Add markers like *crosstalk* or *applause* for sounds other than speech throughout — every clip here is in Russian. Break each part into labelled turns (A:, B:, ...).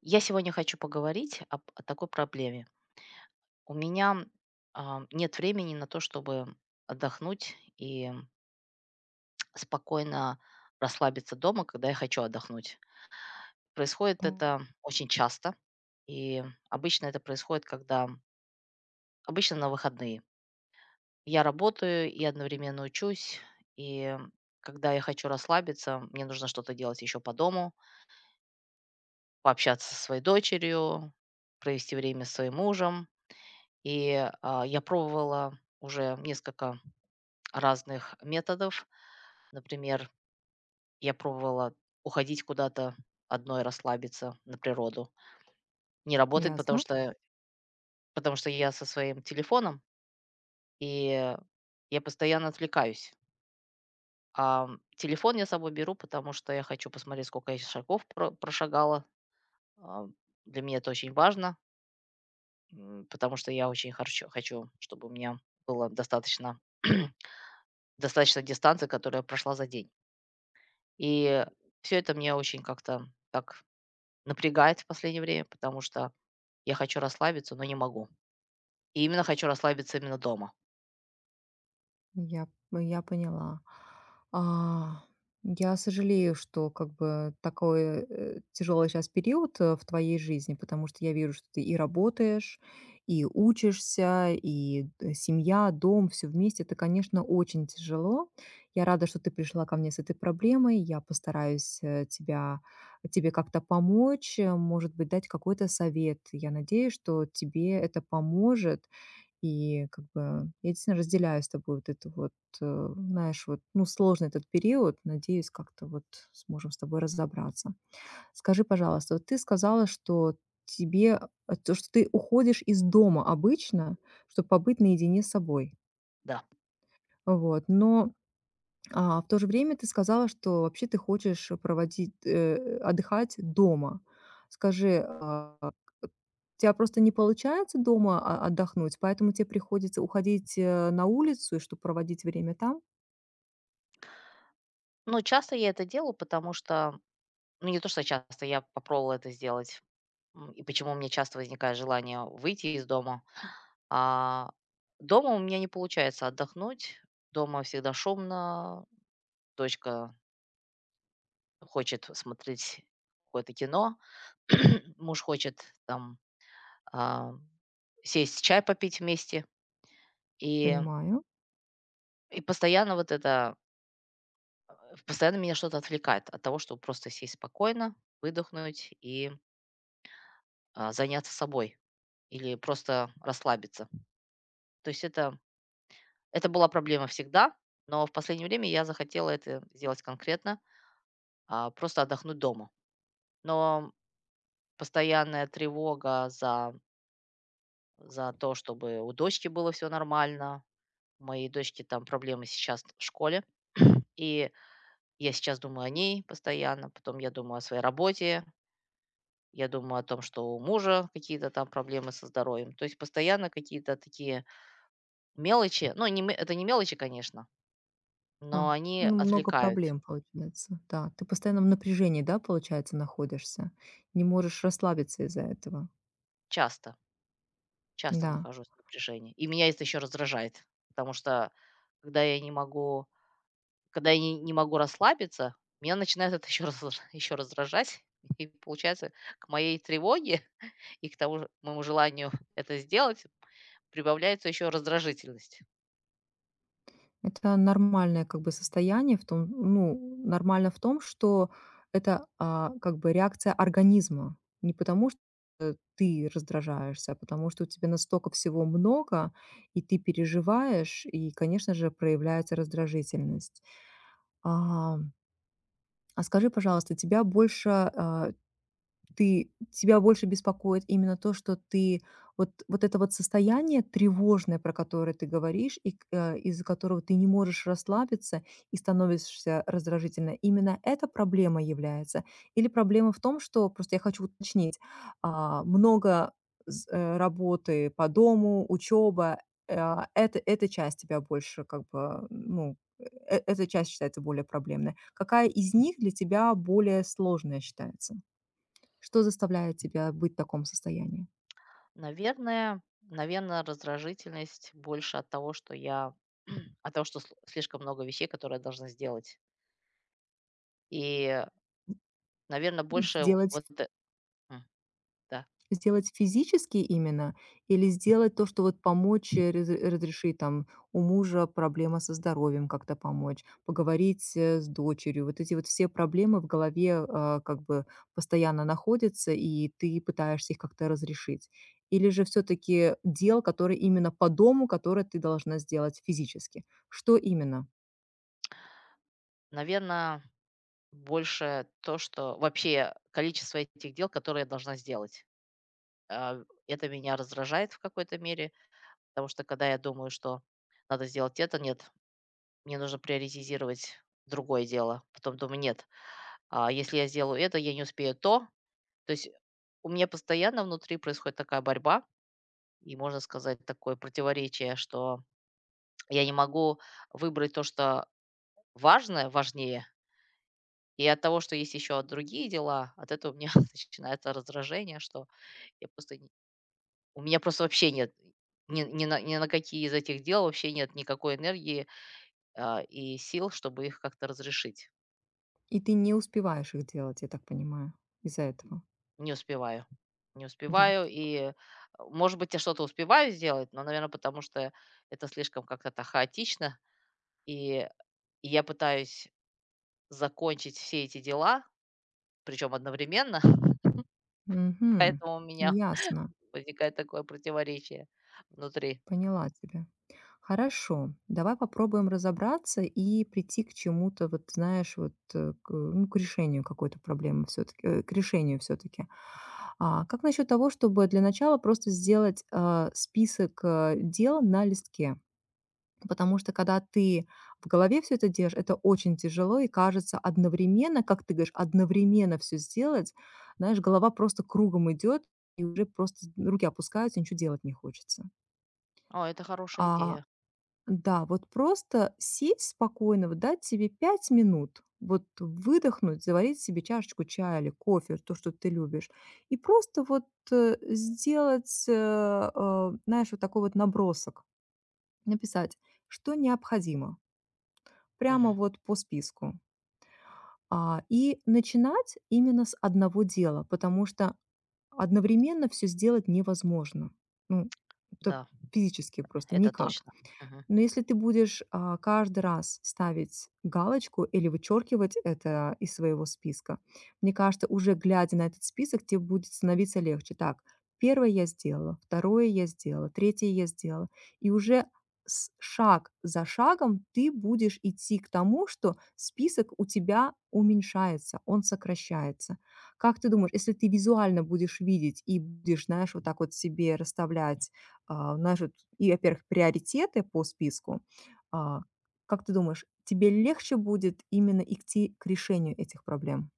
A: Я сегодня хочу поговорить о такой проблеме. У меня нет времени на то, чтобы отдохнуть и *tsk* спокойно расслабиться дома, когда я хочу отдохнуть. Происходит это очень часто, и обычно это происходит, когда обычно на выходные. Я работаю и одновременно учусь, и когда я хочу расслабиться, мне нужно что-то делать еще по дому, пообщаться со своей дочерью, провести время с своим мужем, И, я пробовала уже несколько разных методов. Например, я пробовала уходить куда-то одной, расслабиться на природу. Не работает, потому
B: Ясно,
A: что потому что я со своим телефоном, и я постоянно отвлекаюсь. А, Телефон я с собой беру, потому что я хочу посмотреть, сколько я шагов прошагала. А, для меня это очень важно, потому что я очень харчо хочу, чтобы у меня было достаточно *clears throat* достаточно дистанции, которую я прошла за день. И все это меня очень как-то так напрягает в последнее время, потому что я хочу расслабиться, но не могу. И именно хочу расслабиться именно дома.
B: я я поняла. А, я сожалею, что такой, тяжелый сейчас период, в твоей жизни, потому что я вижу, что ты и работаешь, и учишься, и д семья, дом, все вместе. Это, конечно, очень тяжело. Я рада, что ты пришла ко мне с этой проблемой. Я постараюсь, э, тебя тебе как-то помочь, может быть, дать какой-то совет. Я надеюсь, что тебе это поможет. И как бы я действительно разделяю с тобой вот это вот, знаешь, вот, ну, сложный этот период. Надеюсь, как-то вот сможем с тобой разобраться. Скажи, пожалуйста, вот ты сказала, что тебе, то, что ты уходишь из дома обычно, чтобы побыть наедине с собой.
A: Да.
B: Вот, но в то же время ты сказала, что вообще ты хочешь проводить, отдыхать дома. Скажи, у тебя просто не получается дома о отдохнуть, поэтому тебе приходится уходить, на улицу, и чтоб проводить время там?
A: Ну часто я это делаю, потому что, ну, не то, что часто, я попробовала это сделать, и почему у меня часто возникает желание выйти из дома. А, дома у меня не получается отдохнуть, дома всегда шумно, дочка хочет смотреть какое-то кино, *clears throat* муж хочет там а, сесть чай попить вместе. И,
B: Понимаю.
A: и постоянно вот это, постоянно меня что-то отвлекает от того, чтобы просто сесть спокойно, выдохнуть и заняться собой или просто расслабиться. То есть это, это была проблема всегда, но в последнее время я захотела это сделать конкретно, просто отдохнуть дома. Но постоянная тревога за то, чтобы у дочки было все нормально, у моей дочки там проблемы сейчас в школе, и я сейчас думаю о ней постоянно, потом я думаю о своей работе, я думаю о том, что у мужа какие-то там проблемы со здоровьем. То есть постоянно какие-то такие мелочи, ну, не ме- это не мелочи, конечно, но
B: А,
A: они
B: ну, много
A: отвлекают.
B: проблем получается. Да, ты постоянно в напряжении, да, получается, находишься? Не можешь расслабиться из-за этого.
A: Часто, часто
B: Да.
A: нахожусь в напряжении. И меня это еще раздражает, потому что когда я не могу когда я не могу расслабиться, меня начинает это еще раз *laughs* еще раздражать. И получается, к моей тревоге *laughs* и к тому же моему желанию это сделать прибавляется еще раздражительность.
B: Это нормальное как бы состояние в том, ну, нормально в том, что это, как бы реакция организма. Не потому, что ты раздражаешься, а потому что у тебя настолько всего много, и ты переживаешь, и, конечно же, проявляется раздражительность. А, а, скажи, пожалуйста, тебя больше, а, ты тебя больше беспокоит именно то, что ты вот это вот состояние тревожное, про которое ты говоришь, и из-за которого ты не можешь расслабиться и становишься раздражительной. Именно эта проблема является? Или проблема в том, что просто я хочу уточнить, много работы по дому, учеба, это эта часть тебя больше как бы, ну, эта часть считается более проблемной. Какая из них для тебя более сложная считается? Что заставляет тебя быть в таком состоянии?
A: Наверное наверное, раздражительность больше от того, что я *clears throat* от того, что сл слишком много вещей, которые я должна сделать. И, наверное больше
B: Сделать
A: вот э М, да.
B: сделать физически именно или сделать то, что вот помочь, разрешить там у мужа проблема со здоровьем, как-то помочь, поговорить, с дочерью. Вот эти вот все проблемы в голове, как бы постоянно находятся, и ты пытаешься их как-то разрешить. Или же все таки дел, которые именно по дому, которые ты должна сделать физически? Что именно?
A: Наверное больше то, что вообще количество этих дел, которые я должна сделать. А, это меня раздражает в какой-то мере, потому что когда я думаю, что надо сделать это, нет, мне нужно приоритизировать другое дело. Потом думаю, нет, а если я сделаю это, я не успею то. То есть у меня постоянно внутри происходит такая борьба и, можно сказать, такое противоречие, что я не могу выбрать то, что важнее, и от того, что есть еще другие дела, от этого у меня *laughs* начинается раздражение, что я просто у меня просто вообще нет ни на какие из этих дел вообще нет никакой энергии а, и сил, чтобы их как-то разрешить.
B: И ты не успеваешь их делать, я так понимаю, из-за этого?
A: Не успеваю. Не
B: Да.
A: успеваю и, Может быть, я что-то успеваю сделать, но, наверное, потому что это слишком как-то так хаотично. И я пытаюсь закончить все эти дела, причем одновременно, *laughs*
B: Мгм.
A: поэтому у меня
B: Ясно,
A: возникает такое противоречие внутри.
B: поняла тебя. Хорошо, давай попробуем разобраться и прийти к чему-то, вот знаешь, к, ну, к решению какой-то проблемы все-таки, к решению все-таки. А как насчет того, чтобы для начала просто сделать список дел на листке? Потому что когда ты в голове все это держишь, это очень тяжело и кажется одновременно, как ты говоришь, одновременно все сделать, знаешь, голова просто кругом идет и уже просто руки опускаются, ничего делать не хочется.
A: О, это хорошая
B: А,
A: идея.
B: да, вот просто сесть спокойно, вот дать себе 5 минут, вот выдохнуть, заварить себе чашечку чая или кофе, то, что ты любишь, и просто вот, э, сделать, э, знаешь, вот такой вот набросок. Написать, что необходимо. Прямо
A: Мгм.
B: вот по списку. И начинать именно с одного дела, потому что одновременно все сделать невозможно. Ну, это
A: Да,
B: физически просто
A: это
B: никак.
A: точно. Мгм.
B: Но если ты будешь, каждый раз ставить галочку или вычеркивать это из своего списка, мне кажется, уже глядя на этот список, тебе будет становиться легче. Так, первое я сделала, второе я сделала, третье я сделала. И уже с шаг за шагом ты будешь идти к тому, что список у тебя уменьшается, он сокращается. Как ты думаешь, если ты визуально будешь видеть и будешь, знаешь, вот так вот себе расставлять а, у и, во-первых, приоритеты по списку. А, как ты думаешь, тебе легче будет именно идти к решению этих проблем?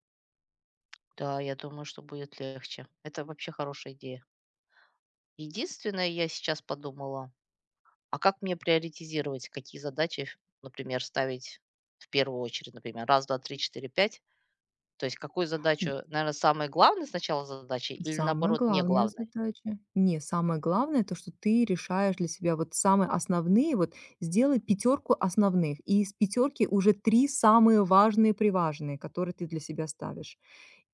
A: Да, я думаю, что будет легче. Это вообще хорошая идея. Единственное, я сейчас подумала, а как мне приоритизировать, какие задачи, например, ставить в первую очередь, например, раз, два, три, четыре, пять? То есть какую
B: М,
A: задачу, наверное, самой главной сначала задачи или
B: самая
A: наоборот не
B: главная
A: главной?
B: задача не, самое главное то, что ты решаешь для себя вот самые основные, вот сделай пятерку основных, и из пятерки уже 3 самые важные-приважные, которые ты для себя ставишь.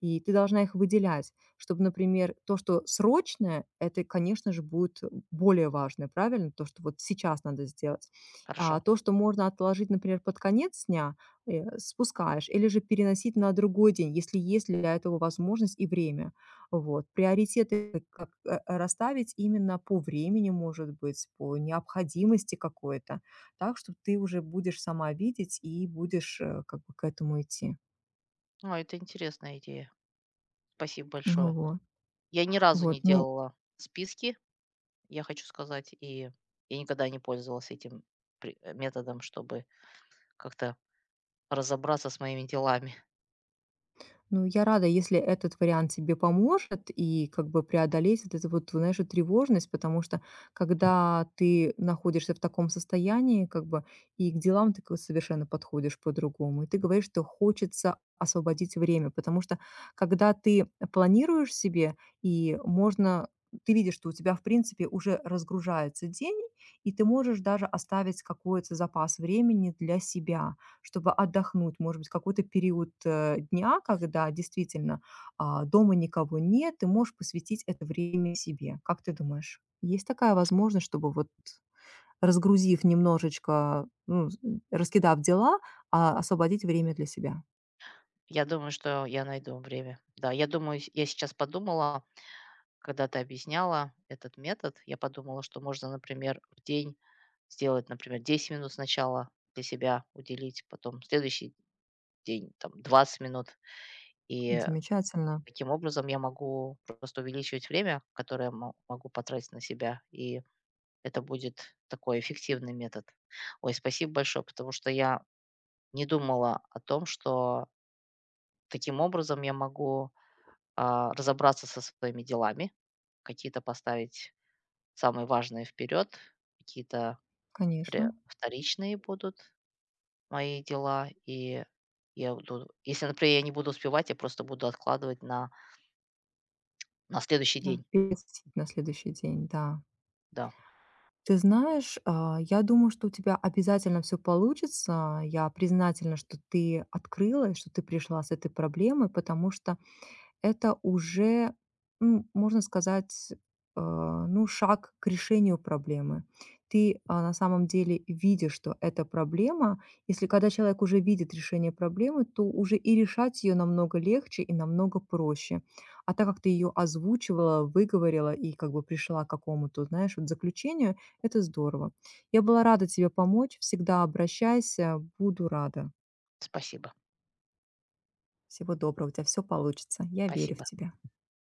B: И ты должна их выделять, чтобы, например, то, что срочное, это, конечно же, будет более важное, правильно? То, что вот сейчас надо сделать. А
A: Хорошо.
B: то, что можно отложить, например, под конец дня, спускаешь, или же переносить на другой день, если есть для этого возможность и время. Вот. Приоритеты как расставить именно по времени, может быть, по необходимости какой-то, так что ты уже будешь сама видеть и будешь как бы к этому идти.
A: Ну, это интересная идея. Спасибо большое.
B: Вот.
A: Я ни разу
B: Вот.
A: не
B: Ну,
A: делала списки, я хочу сказать, и я никогда не пользовалась этим методом, чтобы как-то разобраться с моими делами.
B: Ну, я рада, если этот вариант тебе поможет и как бы преодолеть вот эту вот, знаешь, вот тревожность, потому что когда ты находишься в таком состоянии, как бы и к делам ты как совершенно подходишь по-другому, и ты говоришь, что хочется освободить время, потому что когда ты планируешь себе, и можно ты видишь, что у тебя, в принципе, уже разгружается день, и ты можешь даже оставить какой-то запас времени для себя чтобы отдохнуть. Может быть, какой-то период, дня, когда действительно, дома никого нет, ты можешь посвятить это время себе. Как ты думаешь, есть такая возможность, чтобы вот, разгрузив немножечко, ну, з раскидав дела, освободить время для себя?
A: Я думаю, что я найду время. Да, я думаю, я сейчас подумала, когда ты объясняла этот метод, я подумала, что можно, например, в день сделать, например, 10 минут сначала для себя уделить, потом следующий день там 20 минут. И
B: Замечательно.
A: таким образом я могу просто увеличивать время, которое могу потратить на себя. И это будет такой эффективный метод. Ой, спасибо большое, потому что я не думала о том, что таким образом я могу разобраться со своими делами, какие-то поставить самые важные вперед, какие-то
B: Конечно,
A: вторичные будут мои дела, и я буду, если, например, я не буду успевать, я просто буду откладывать на следующий
B: да.
A: день.
B: Перекусить на следующий день, да.
A: Да,
B: Ты знаешь, я думаю, что у тебя обязательно все получится. Я признательна, что ты открылась, что ты пришла с этой проблемой, потому что это уже, можно сказать, э, ну, шаг к решению проблемы. Ты, на самом деле видишь, что это проблема. Если когда человек уже видит решение проблемы, то уже и решать ее намного легче и намного проще. А так как ты ее озвучивала, выговорила и как бы пришла к какому-то, знаешь, вот заключению, это здорово. Я была рада тебе помочь. Всегда обращайся, буду рада.
A: спасибо,
B: Всего доброго, у тебя все получится. Я верю в
A: спасибо.
B: тебя.